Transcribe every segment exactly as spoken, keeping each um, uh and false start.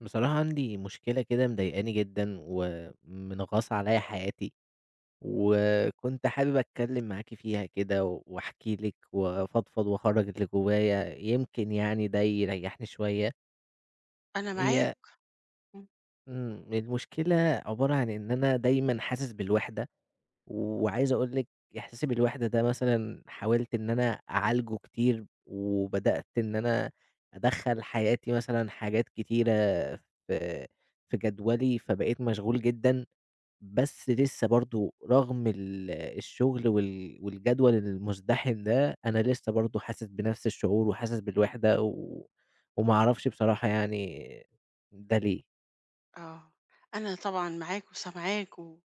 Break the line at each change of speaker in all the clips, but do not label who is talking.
بصراحة عندي مشكلة كده مضايقاني جدًا، ومنغصة عليَّ حياتي، وكنت حابب أتكلم معاكِ فيها كده، و- وأحكي لِك وأفضفض وأخرّج اللي جوايا، يمكن يعني ده يريحني شوية.
أنا
هي
معاك.
امم، المشكلة عبارة عن إن أنا دايمًا حاسس بالوحدة. وعايز أقول لِك إحساسي بالوحدة ده مثلًا حاولت إن أنا أعالجه كتير، وبدأت إن أنا أدخّل حياتي مثلًا حاجات كتيرة في في جدولي، فبقيت مشغول جدًا، بس لسه برضه رغم ال الشغل وال والجدول المزدحم ده، أنا لسه برضه حاسس بنفس الشعور وحاسس بالوحدة، و وما أعرفش بصراحة يعني ده ليه.
آه، أنا طبعًا معاك وسامعاك و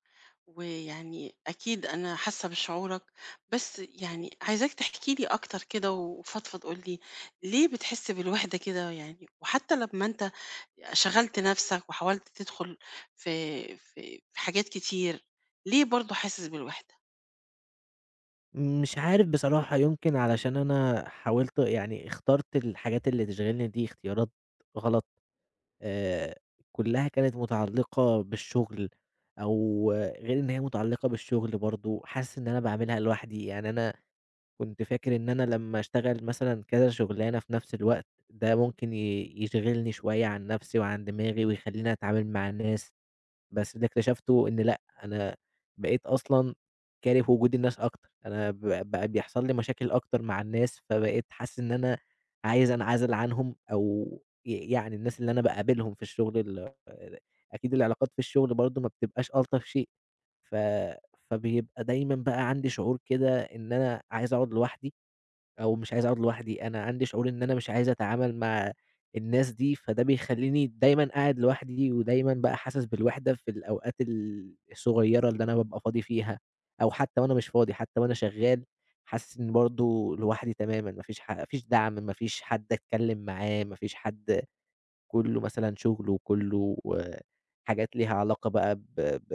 ويعني أكيد أنا حاسة بشعورك، بس يعني عايزاك تحكي لي أكتر كده وفضفض قُل لي ليه بتحس بالوحدة كده يعني؟ وحتى لمّا أنت شغلت نفسك وحاولت تدخل في في في حاجات كتير، ليه برضه حاسس بالوحدة؟
مش عارف بصراحة، يمكن علشان أنا حاولت يعني اخترت الحاجات اللي تشغلني دي اختيارات غلط، آآ كلّها كانت متعلقة بالشغل، أو غير إن هي متعلقة بالشغل برضه، حاسس إن أنا باعملها لوحدي، يعني أنا كنت فاكر إن أنا لمّا أشتغل مثلًا كذا شغلانة في نفس الوقت، ده ممكن ي يشغلني شوية عن نفسي وعن دماغي، ويخلّيني أتعامل مع الناس. بس اللي اكتشفته إن لأ، أنا بقيت أصلًا كاره وجود الناس أكتر، أنا ب بقى بيحصل لي مشاكل أكتر مع الناس، فبقيت حاسس إن أنا عايز أنعزل عنهم أو ي يعني الناس اللي أنا باقابلهم في الشغل ال أكيد العلاقات في الشغل برضه ما بتبقاش ألطف شيء، ف فبيبقى دايمًا بقى عندي شعور كده إن أنا عايز أقعد لوحدي. أو مش عايز أقعد لوحدي، أنا عندي شعور إن أنا مش عايز أتعامل مع الناس دي، فده بيخلّيني دايمًا قاعد لوحدي، ودايمًا بقى حاسس بالوحدة في الأوقات ال الصغيّرة اللي أنا بابقى فاضي فيها، أو حتى وأنا مش فاضي، حتى وأنا شغّال حاسس إني برضه لوحدي تمامًا، ما فيش ح ما فيش دعم، ما فيش حد أتكلّم معاه، ما فيش حد كلّه مثلًا شغل وكلّه آه، حاجات ليها علاقة بقى ب ب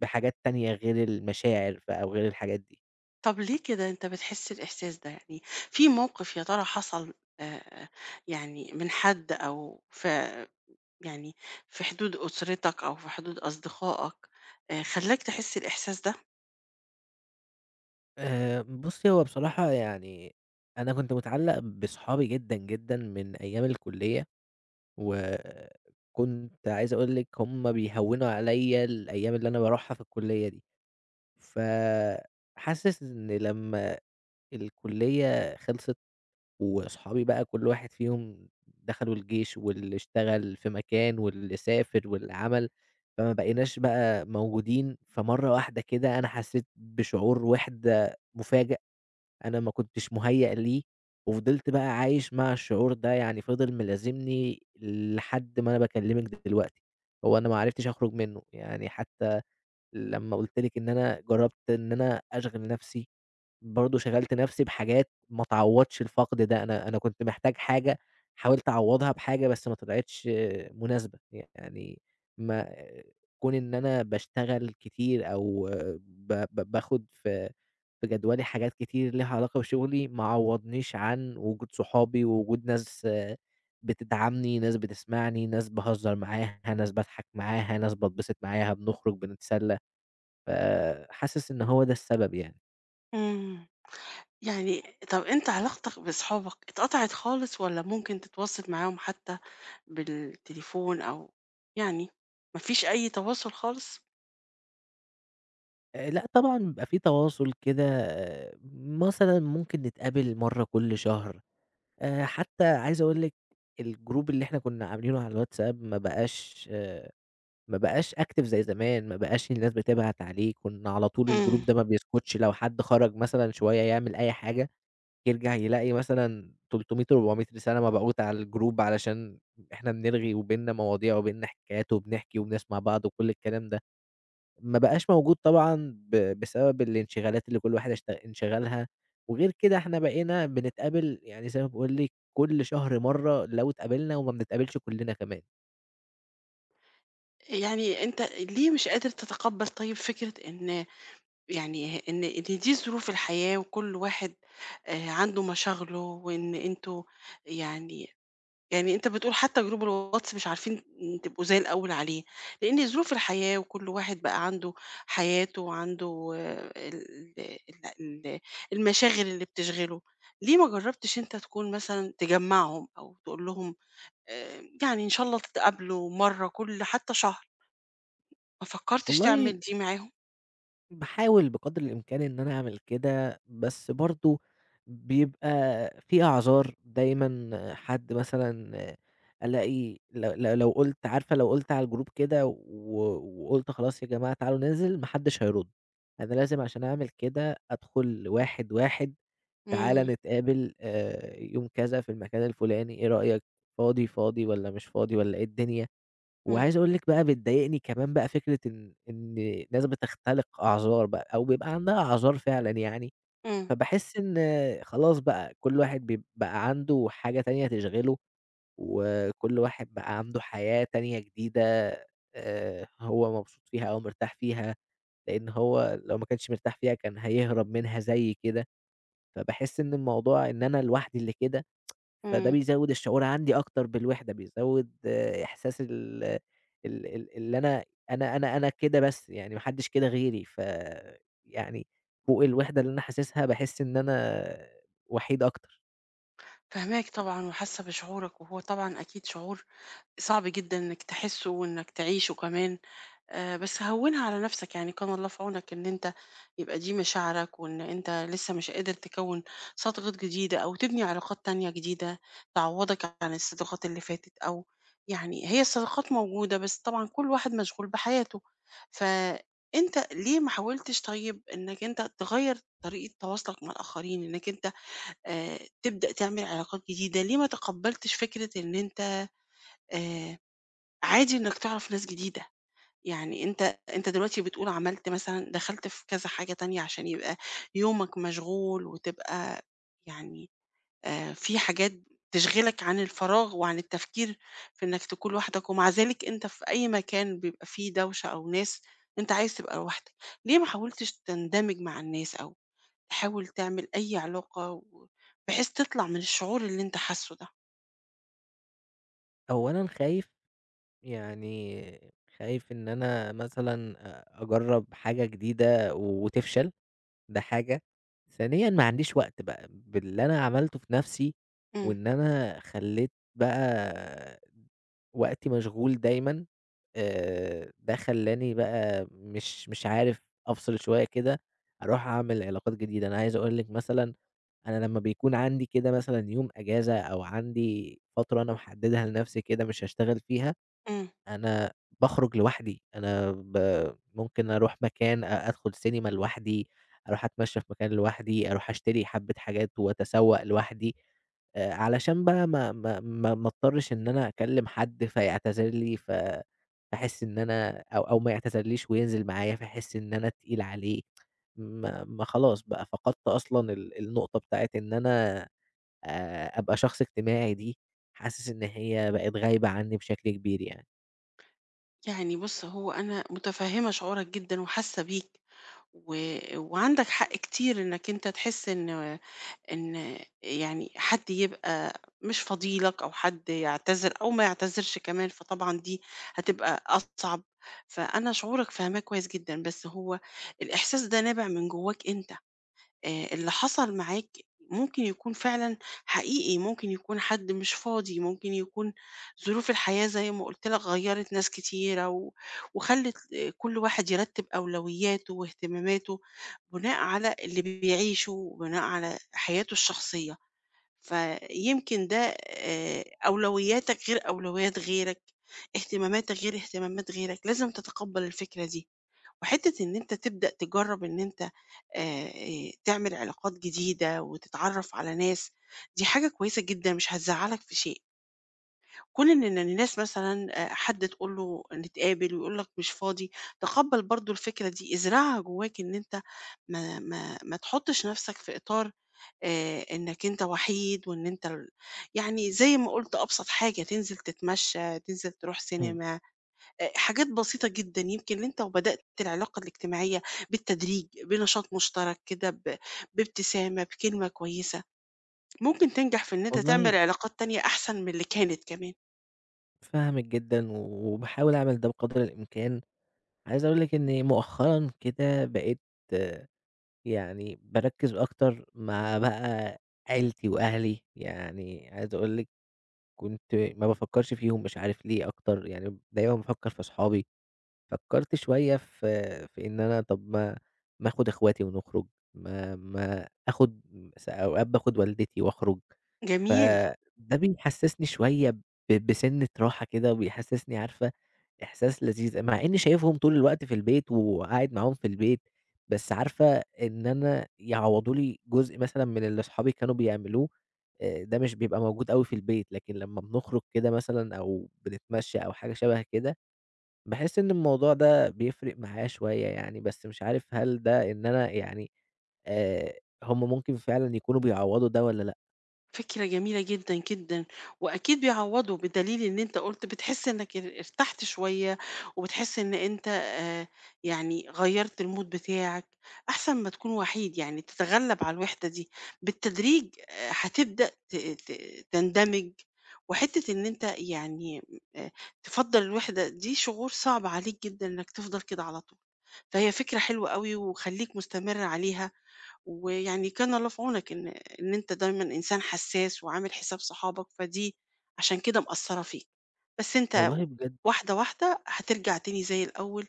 بحاجات تانية غير المشاعر بقى وغير الحاجات دي.
طب ليه كده أنت بتحس الإحساس ده يعني؟ في موقف يا ترى حصل آآ يعني من حد أو ف يعني في حدود أسرتك أو في حدود أصدقائك آآ، خلّاك تحس الإحساس ده؟
آآ، بُصّي هو بصراحة يعني أنا كنت متعلّق بصحابي جدًا، جدًا من أيام الكُلّية، وكنت عايز أقول لِك هُم بيهوّنوا عليَّ الأيام اللي أنا باروحها في الكُلّية دي، فحاسس إن لمّا الكُلّية خلصت وصحابي بقى كل واحد فيهم دخلوا الجيش، واللي اشتغل في مكان، واللي سافر، واللي عمل، فما بقيناش بقى موجودين، فمرّة واحدة كده أنا حسيت بشعور وِحدة مفاجئ. أنا ما كنتش مُهيّأ ليه، وفضلت بقى عايش مع الشعور ده، يعني فضل ملازمني لحد ما أنا باكلمِك دلوقتي، هو أنا ما عرفتش أخرج منه، يعني حتى لمّا قُلت لِك إن أنا جرّبت إن أنا أشغِل نَفْسي برضه شغلت نفسي بحاجات ما تعوّضش الفقد ده، أنا أنا كنت محتاج حاجة، حاولت أعوّضها بحاجة بس ما طلعتش مناسبة، يعني ما كون إن أنا باشتغل كتير أو ب ب باخد في في جدولي حاجات كتير ليها علاقة بشغلي، ما عوّضنيش عن وجود صحابي ووجود ناس آه، بتدعمني، ناس بتسمعني، ناس باهزر معاها، ناس باضحك معاها، ناس باتبسط معاها، بنخرج بنتسلى، فحاسس إن هو ده السبب يعني.
إمم، يعني طَب أنت علاقتك بأصحابك اتقطعت خالص والّا ممكن تتواصل معاهم حتى بالتليفون أو يعني ما فيش أي تواصل خالص؟
آآ لأ طبعًا بيبقى في تواصل كده آه، مثلًا ممكن نتقابل مرّة كل شهر، آآ حتى عايز أقول لِك الجروب اللي إحنا كنا عاملينه على الواتساب ما بقاش آه، ما بقاش active زي زمان، ما بقاش الناس بتبعت عليه، كنا على طول الجروب
إمم،
ده ما بيسكتش لو حد خرج مثلًا شوية يعمل أي حاجة، يرجع يلاقي مثلًا تلتمية، أربعمية رسالة مبعوتة على الجروب علشان إحنا بنرغي وبيننا مواضيع وبيننا حكايات وبنحكي وبنسمع بعض وكل الكلام ده. ما بقاش موجود طبعًا ب بسبب الانشغالات اللي كل واحد اشت انشغالها، وغير كده إحنا بقينا بنتقابل يعني زي ما باقول لِك كل شهر مرّة لو اتقابلنا وما بنتقابلش كلنا كمان.
يعني أنت ليه مش قادر تتقبّل طيب فكرة إن يعني إن إن دي ظروف الحياة وكل واحد آآ، عنده مشاغله وإن أنتم يعني يعني أنت بتقول حتى جروب الواتس مش عارفين تبقوا زي الأول عليه، لإن ظروف الحياة وكل واحد بقى عنده حياته وعنده آه، ال ال ال المشاغل اللي بتشغله، ليه ما جربتش أنت تكون مثلًا تجمعهم أو تقول لهم آآ، يعني إن شاء الله تتقابلوا مرة كل حتى شهر، ما فكرتش
والله
تعمل دي معاهم؟
باحاول بقدر الإمكان إن أنا أعمل كده، بس برضه بيبقى في أعذار دايمًا، حد مثلًا ألاقي ل ل لو قُلت عارفة لو قُلت على الجروب كده و وقُلت خلاص يا جماعة تعالوا ننزل، ما حدش هيرُد، أنا لازم عشان أعمل كده أدخل واحد، واحد، تعالَ
إمم،
نتقابل آآ، يوم كذا في المكان الفلاني، إيه رأيك فاضي، فاضي والّا مش فاضي والّا إيه الدنيا؟
إمم،
وعايز أقول لِك بقى بتضايقني كمان بقى فكرة إن إن ناس بتختلق أعذار بقى، أو بيبقى عندها أعذار فعلًا يعني،
إمم،
فباحس إن خلاص بقى كل واحد بيب بقى عنده حاجة تانية تشغله، وكل واحد بقى عنده حياة تانية جديدة آآ، هو مبسوط فيها أو مرتاح فيها، لإن هو لو ما كانش مرتاح فيها كان هيهرب منها زيي كده، فباحس إن الموضوع إن أنا لوحدي اللي كده فده
إمم،
بيزوّد الشعور عندي أكتر بالوحدة، بيزوّد آه، إحساس ال ال ال اللي أنا أنا أنا أنا كده بس، يعني ما حدّش كده غيري، ف يعني فوق الوحدة اللي أنا حاسسها باحس إن أنا وحيد أكتر.
فاهماك طبعًا وحاسة بشعورك، وهو طبعًا أكيد شعور صعب جدًا إنك تحسه وإنك تعيشه كمان. آآ، بس هوّنها على نفسك، يعني كان الله في عونك إن أنت يبقى دي مشاعرك، وإن أنت لسه مش قادر تكوّن صداقات جديدة أو تبني علاقات تانية جديدة تعوّضك عن الصداقات اللي فاتت، أو يعني هي الصداقات موجودة، بس طبعًا كل واحد مشغول بحياته، فأنت ليه ما حاولتش طيب إنك أنت تغيّر طريقة تواصلك مع الآخرين، إنك أنت آآ، تبدأ تعمل علاقات جديدة، ليه ما تقبّلتش فكرة إن أنت آآ، عادي إنك تعرف ناس جديدة؟ يعني أنت أنت دلوقتي بتقول عملت مثلًا دخلت في كذا حاجة تانية عشان يبقى يومك مشغول وتبقى يعني آآ في حاجات تشغلك عن الفراغ وعن التفكير في إنك تكون لوحدك، ومع ذلك أنت في أي مكان بيبقى فيه دوشة أو ناس أنت عايز تبقى لوحدك، ليه ما حاولتش تندمج مع الناس أو تحاول تعمل أي علاقة و بحيث تطلع من الشعور اللي أنت حاسه ده؟
أولًا خايف، يعني خايف إن أنا مثلًا أ أجرّب حاجة جديدة وتفشل. ده حاجة، ثانيًا ما عنديش وقت بقى، باللي أنا عملته في نَفْسي،
إمم،
وإن أنا خلّيت بقى وقتي مشغول دايمًا، آآ ده خلّاني بقى مش مش عارف أفصل شوية كده، أروح أعمل علاقات جديدة، أنا عايز أقول لِك مثلًا أنا لمّا بيكون عندي كده مثلًا يوم أجازة أو عندي فترة أنا محددها لنَفْسي كده مش هاشتغل فيها
إمم.
أنا باخرج لوحدي، أنا ب ممكن أروح مكان أ أدخل سينما لوحدي، أروح أتمشى في مكان لوحدي، أروح أشتري حبة حاجات وأتسوق لوحدي، آآ علشان بقى ما ما ما ما اضطرش إن أنا أكلم حد فيعتذر لي، ف فاحس إن أنا أو أو ما يعتذرليش وينزل معايا فاحس إن أنا تقيل عليه، ما ما خلاص بقى فقدت أصلًا ال النقطة بتاعة إن أنا آآ أبقى شخص اجتماعي دي، حاسس إن هي بقت غايبة عني بشكل كبير يعني.
يعني بُص، هو أنا متفهمة شعورك جدًا وحاسة بيك. و وعندك حق كتير إنك أنت تحس إن إن يعني حد يبقى مش فاضي لك أو حد يعتذر أو ما يعتذرش كمان، فطبعًا دي هتبقى أصعب، فأنا شعورك فاهماه كويس جدًا، بس هو الإحساس ده نابع من جواك أنت. آآ اللي حصل معاك ممكن يكون فعلًا حقيقي، ممكن يكون حد مش فاضي، ممكن يكون ظروف الحياة زي ما قُلت لك غيّرت ناس كتيرة و وخلّت آه، كل واحد يرتّب أولوياته واهتماماته بناء على اللي بيعيشه وبناء على حياته الشخصية، فيمكن ده آآ أولوياتك غير أولويات غيرك، اهتماماتك غير اهتمامات غيرك، لازم تتقبّل الفكرة دي. وحتة إن أنت تبدأ تجرب إن أنت آآ، آآ، تعمل علاقات جديدة وتتعرف على ناس، دي حاجة كويسة جدًا مش هتزعّلك في شيء. كون إن إن الناس مثلًا آآ، حد تقول له نتقابل ويقول لك مش فاضي، تقبّل برضه الفكرة دي، ازرعها جواك إن أنت ما ما ما تحطش نفسك في إطار آآ، إنك أنت وحيد وإن أنت ال يعني زي ما قُلت أبسط حاجة تنزل تتمشى، تنزل تروح
إمم.
سينما، آآ حاجات بسيطة جدًا، يمكن أنت وبدأت العلاقة الاجتماعية بالتدريج، بنشاط مشترك كده، ب بابتسامة، بكلمة كويسة، ممكن تنجح في إن أنت تعمل
والله
علاقات تانية أحسن من اللي كانت كمان.
فاهمِك جدًا، وباحاول أعمل ده بقدر الإمكان. عايز أقول لِك إن مؤخرًا كده بقيت آه، يعني باركّز أكتر مع بقى عيلتي وأهلي، يعني عايز أقول لِك كنت ما بافكّرش فيهم مش عارف ليه أكتر، يعني دايمًا بافكّر في صحابي فكّرت شوية في في إن أنا طَب ما ما آخُد إخواتي ونخرُج، ما ما آخُد س أوقات باخُد والدتي وأخرُج،
جميل.
فده بيحسّسني شوية ب بسِنّة راحة كده وبيحسّسني عارفة إحساس لذيذ، مع إنّي شايفهم طول الوقت في البيت وقاعد معاهم في البيت، بس عارفة إن أنا يعوّضوا لي جزء مثلًا من اللي أصحابي كانوا بيعملوه، آآ ده مش بيبقى موجود أوي في البيت، لكن لمّا بنخرُج كده مثلًا أو بنتمشّى أو حاجة شَبه كده باحس إن الموضوع ده بيفرق معايا شوية يعني، بس مش عارف هل ده إن أنا يعني آآ هم ممكن فعلًا يكونوا بيعوّضوا ده والّا لأ؟
فكرة جميلة جدًا، جدًا، وأكيد بيعوّضوا بدليل إن أنت قُلت بتحس إنك ار ارتحت شوية، وبتحس إن أنت آآ، يعني غيّرت الmood بتاعك، أحسن ما تكون وحيد يعني تتغلب على الوحدة دي، بالتدريج آآ، هتبدأ ت ت تندمج، وحتة إن أنت يعني آآ، تفضّل الوحدة دي شعور صعب عليك جدًا إنك تفضل كده على طول، فهي فكرة حلوة أوي وخلّيك مستمر عليها. ويعني كان الله في عونك إن إن أنت دايمًا إنسان حساس وعامل حساب صحابك، فدي عشان كده مأثّرة فيك. بس أنت
والله بجد،
واحدة، واحدة هترجع تاني زي الأول،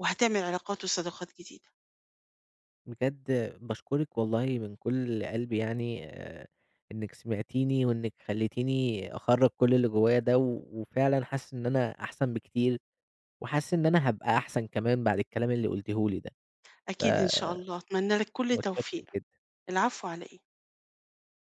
وهتعمل علاقات وصداقات جديدة.
بجد باشكرِك والله من كل قلبي يعني آآ إنِّك سمعتيني وإنِّك خلّيتيني أخرّج كل اللي جوايا ده، و وفعلًا حاسس إن أنا أحسن بكتير، وحاسس إن أنا هابقى أحسن كمان بعد الكلام اللي قُلتيه لي ده،
أكيد إن شاء
فمتشكر
الله، أتمنى لك كل توفيق.
جدًا.
العفو على إيه؟